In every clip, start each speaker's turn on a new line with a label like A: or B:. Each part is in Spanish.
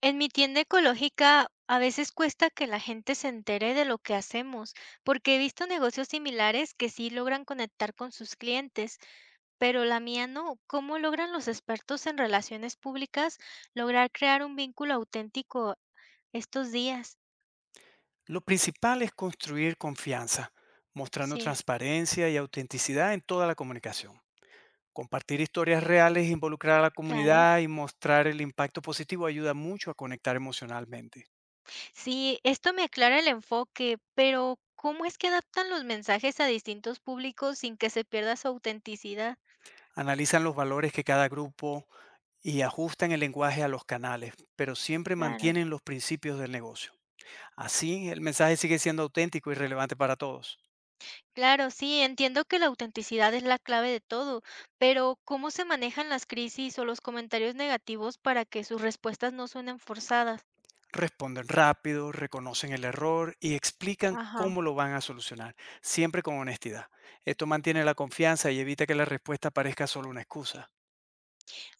A: En mi tienda ecológica a veces cuesta que la gente se entere de lo que hacemos, porque he visto negocios similares que sí logran conectar con sus clientes, pero la mía no. ¿Cómo logran los expertos en relaciones públicas lograr crear un vínculo auténtico estos días?
B: Lo principal es construir confianza, mostrando
A: Sí,
B: transparencia y autenticidad en toda la comunicación. Compartir historias reales, involucrar a la
A: claro.
B: comunidad y mostrar el impacto positivo ayuda mucho a conectar emocionalmente.
A: Sí, esto me aclara el enfoque, pero ¿cómo es que adaptan los mensajes a distintos públicos sin que se pierda su autenticidad?
B: Analizan los valores que cada grupo y ajustan el lenguaje a los canales, pero siempre
A: Claro.
B: mantienen los principios del negocio. Así, el mensaje sigue siendo auténtico y relevante para todos.
A: Claro, sí, entiendo que la autenticidad es la clave de todo, pero ¿cómo se manejan las crisis o los comentarios negativos para que sus respuestas no suenen forzadas?
B: Responden rápido, reconocen el error y explican
A: Ajá.
B: cómo lo van a solucionar, siempre con honestidad. Esto mantiene la confianza y evita que la respuesta parezca solo una excusa.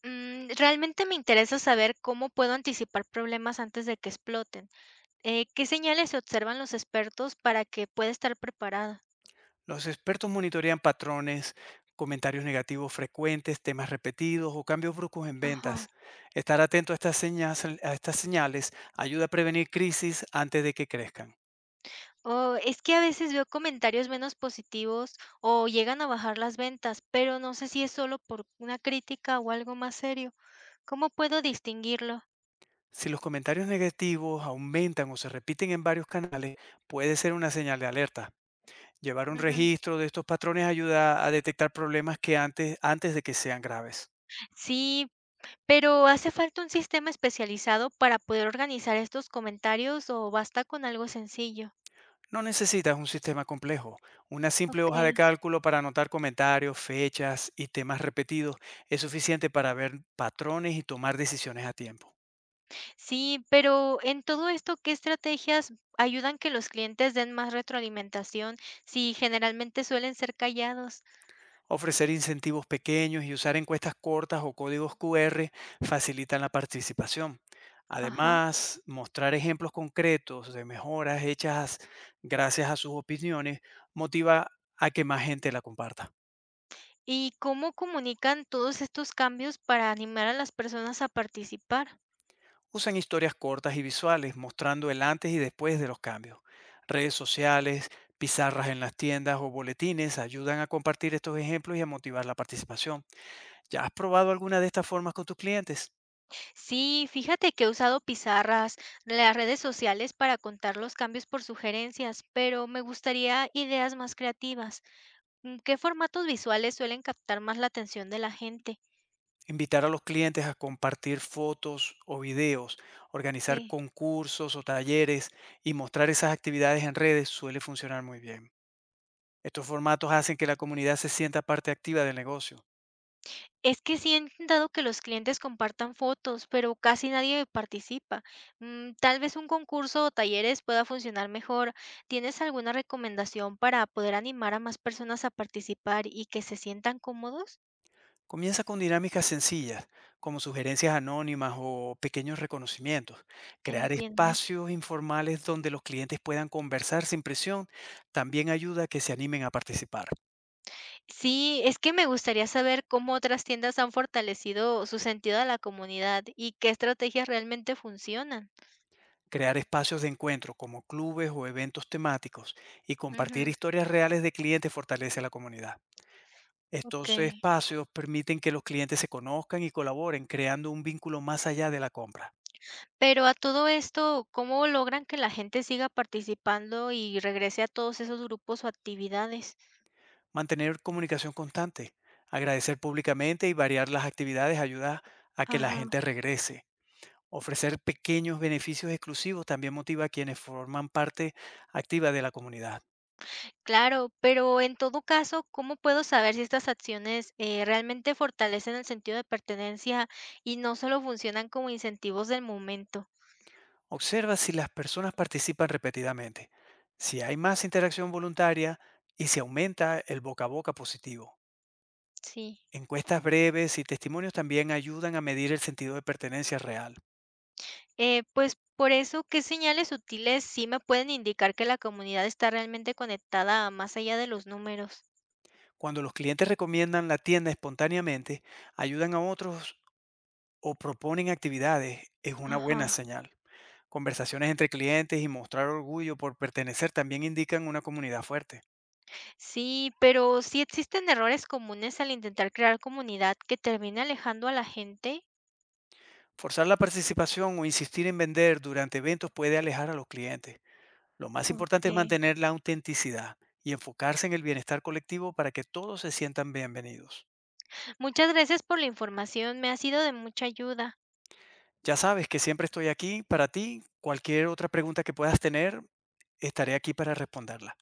A: Mm, realmente me interesa saber cómo puedo anticipar problemas antes de que exploten. ¿Qué señales se observan los expertos para que pueda estar preparada?
B: Los expertos monitorean patrones, comentarios negativos frecuentes, temas repetidos o cambios bruscos en
A: Ajá.
B: ventas. Estar atento a a estas señales ayuda a prevenir crisis antes de que crezcan.
A: Oh, es que a veces veo comentarios menos positivos o llegan a bajar las ventas, pero no sé si es solo por una crítica o algo más serio. ¿Cómo puedo distinguirlo?
B: Si los comentarios negativos aumentan o se repiten en varios canales, puede ser una señal de alerta. Llevar un
A: Ujú.
B: registro de estos patrones ayuda a detectar problemas antes de que sean graves.
A: Sí, pero ¿hace falta un sistema especializado para poder organizar estos comentarios o basta con algo sencillo?
B: No necesitas un sistema complejo. Una simple hoja de
A: Okey.
B: cálculo para anotar comentarios, fechas y temas repetidos es suficiente para ver patrones y tomar decisiones a tiempo.
A: Sí, pero en todo esto, ¿qué estrategias ayudan que los clientes den más retroalimentación si generalmente suelen ser callados?
B: Ofrecer incentivos pequeños y usar encuestas cortas o códigos QR facilitan la participación.
A: Ajá.
B: Además, mostrar ejemplos concretos de mejoras hechas gracias a sus opiniones motiva a que más gente la comparta.
A: ¿Y cómo comunican todos estos cambios para animar a las personas a participar?
B: Usan historias cortas y visuales mostrando el antes y después de los cambios. Redes sociales, pizarras en las tiendas o boletines ayudan a compartir estos ejemplos y a motivar la participación. ¿Ya has probado alguna de estas formas con tus clientes?
A: Sí, fíjate que he usado pizarras, las redes sociales para contar los cambios por sugerencias, pero me gustaría ideas más creativas. Mm, ¿qué formatos visuales suelen captar más la atención de la gente?
B: Invitar a los clientes a compartir fotos o videos, organizar
A: Sí.
B: concursos o talleres y mostrar esas actividades en redes suele funcionar muy bien. Estos formatos hacen que la comunidad se sienta parte activa del negocio.
A: Es que sí he intentado que los clientes compartan fotos, pero casi nadie participa. Mm, tal vez un concurso o talleres pueda funcionar mejor. ¿Tienes alguna recomendación para poder animar a más personas a participar y que se sientan cómodos?
B: Comienza con dinámicas sencillas, como sugerencias anónimas o pequeños reconocimientos. Crear
A: Entiendo.
B: espacios informales donde los clientes puedan conversar sin presión también ayuda a que se animen a participar.
A: Sí, es que me gustaría saber cómo otras tiendas han fortalecido su sentido a la comunidad y qué estrategias realmente funcionan.
B: Crear espacios de encuentro como clubes o eventos temáticos y compartir
A: Ujú,
B: historias reales de clientes fortalece a la comunidad.
A: ok.
B: Estos espacios permiten que los clientes se conozcan y colaboren, creando un vínculo más allá de la compra.
A: Pero a todo esto, ¿cómo logran que la gente siga participando y regrese a todos esos grupos o actividades?
B: Mantener comunicación constante, agradecer públicamente y variar las actividades ayuda a que la
A: Ajá.
B: gente regrese. Ofrecer pequeños beneficios exclusivos también motiva a quienes forman parte activa de la comunidad.
A: Claro, pero en todo caso, ¿cómo puedo saber si estas acciones realmente fortalecen el sentido de pertenencia y no solo funcionan como incentivos del momento?
B: Observa si las personas participan repetidamente, si hay más interacción voluntaria y si aumenta el boca a boca positivo.
A: Sí.
B: Encuestas breves y testimonios también ayudan a medir el sentido de pertenencia real.
A: Pues, por eso, ¿qué señales sutiles sí me pueden indicar que la comunidad está realmente conectada más allá de los números?
B: Cuando los clientes recomiendan la tienda espontáneamente, ayudan a otros o proponen actividades, es una buena
A: Ajá.
B: señal. Conversaciones entre clientes y mostrar orgullo por pertenecer también indican una comunidad fuerte.
A: Sí, pero sí existen errores comunes al intentar crear comunidad que termine alejando a la gente.
B: Forzar la participación o insistir en vender durante eventos puede alejar a los clientes. Lo más
A: Ok.
B: importante es mantener la autenticidad y enfocarse en el bienestar colectivo para que todos se sientan bienvenidos.
A: Muchas gracias por la información, me ha sido de mucha ayuda.
B: Ya sabes que siempre estoy aquí para ti. Cualquier otra pregunta que puedas tener, estaré aquí para responderla.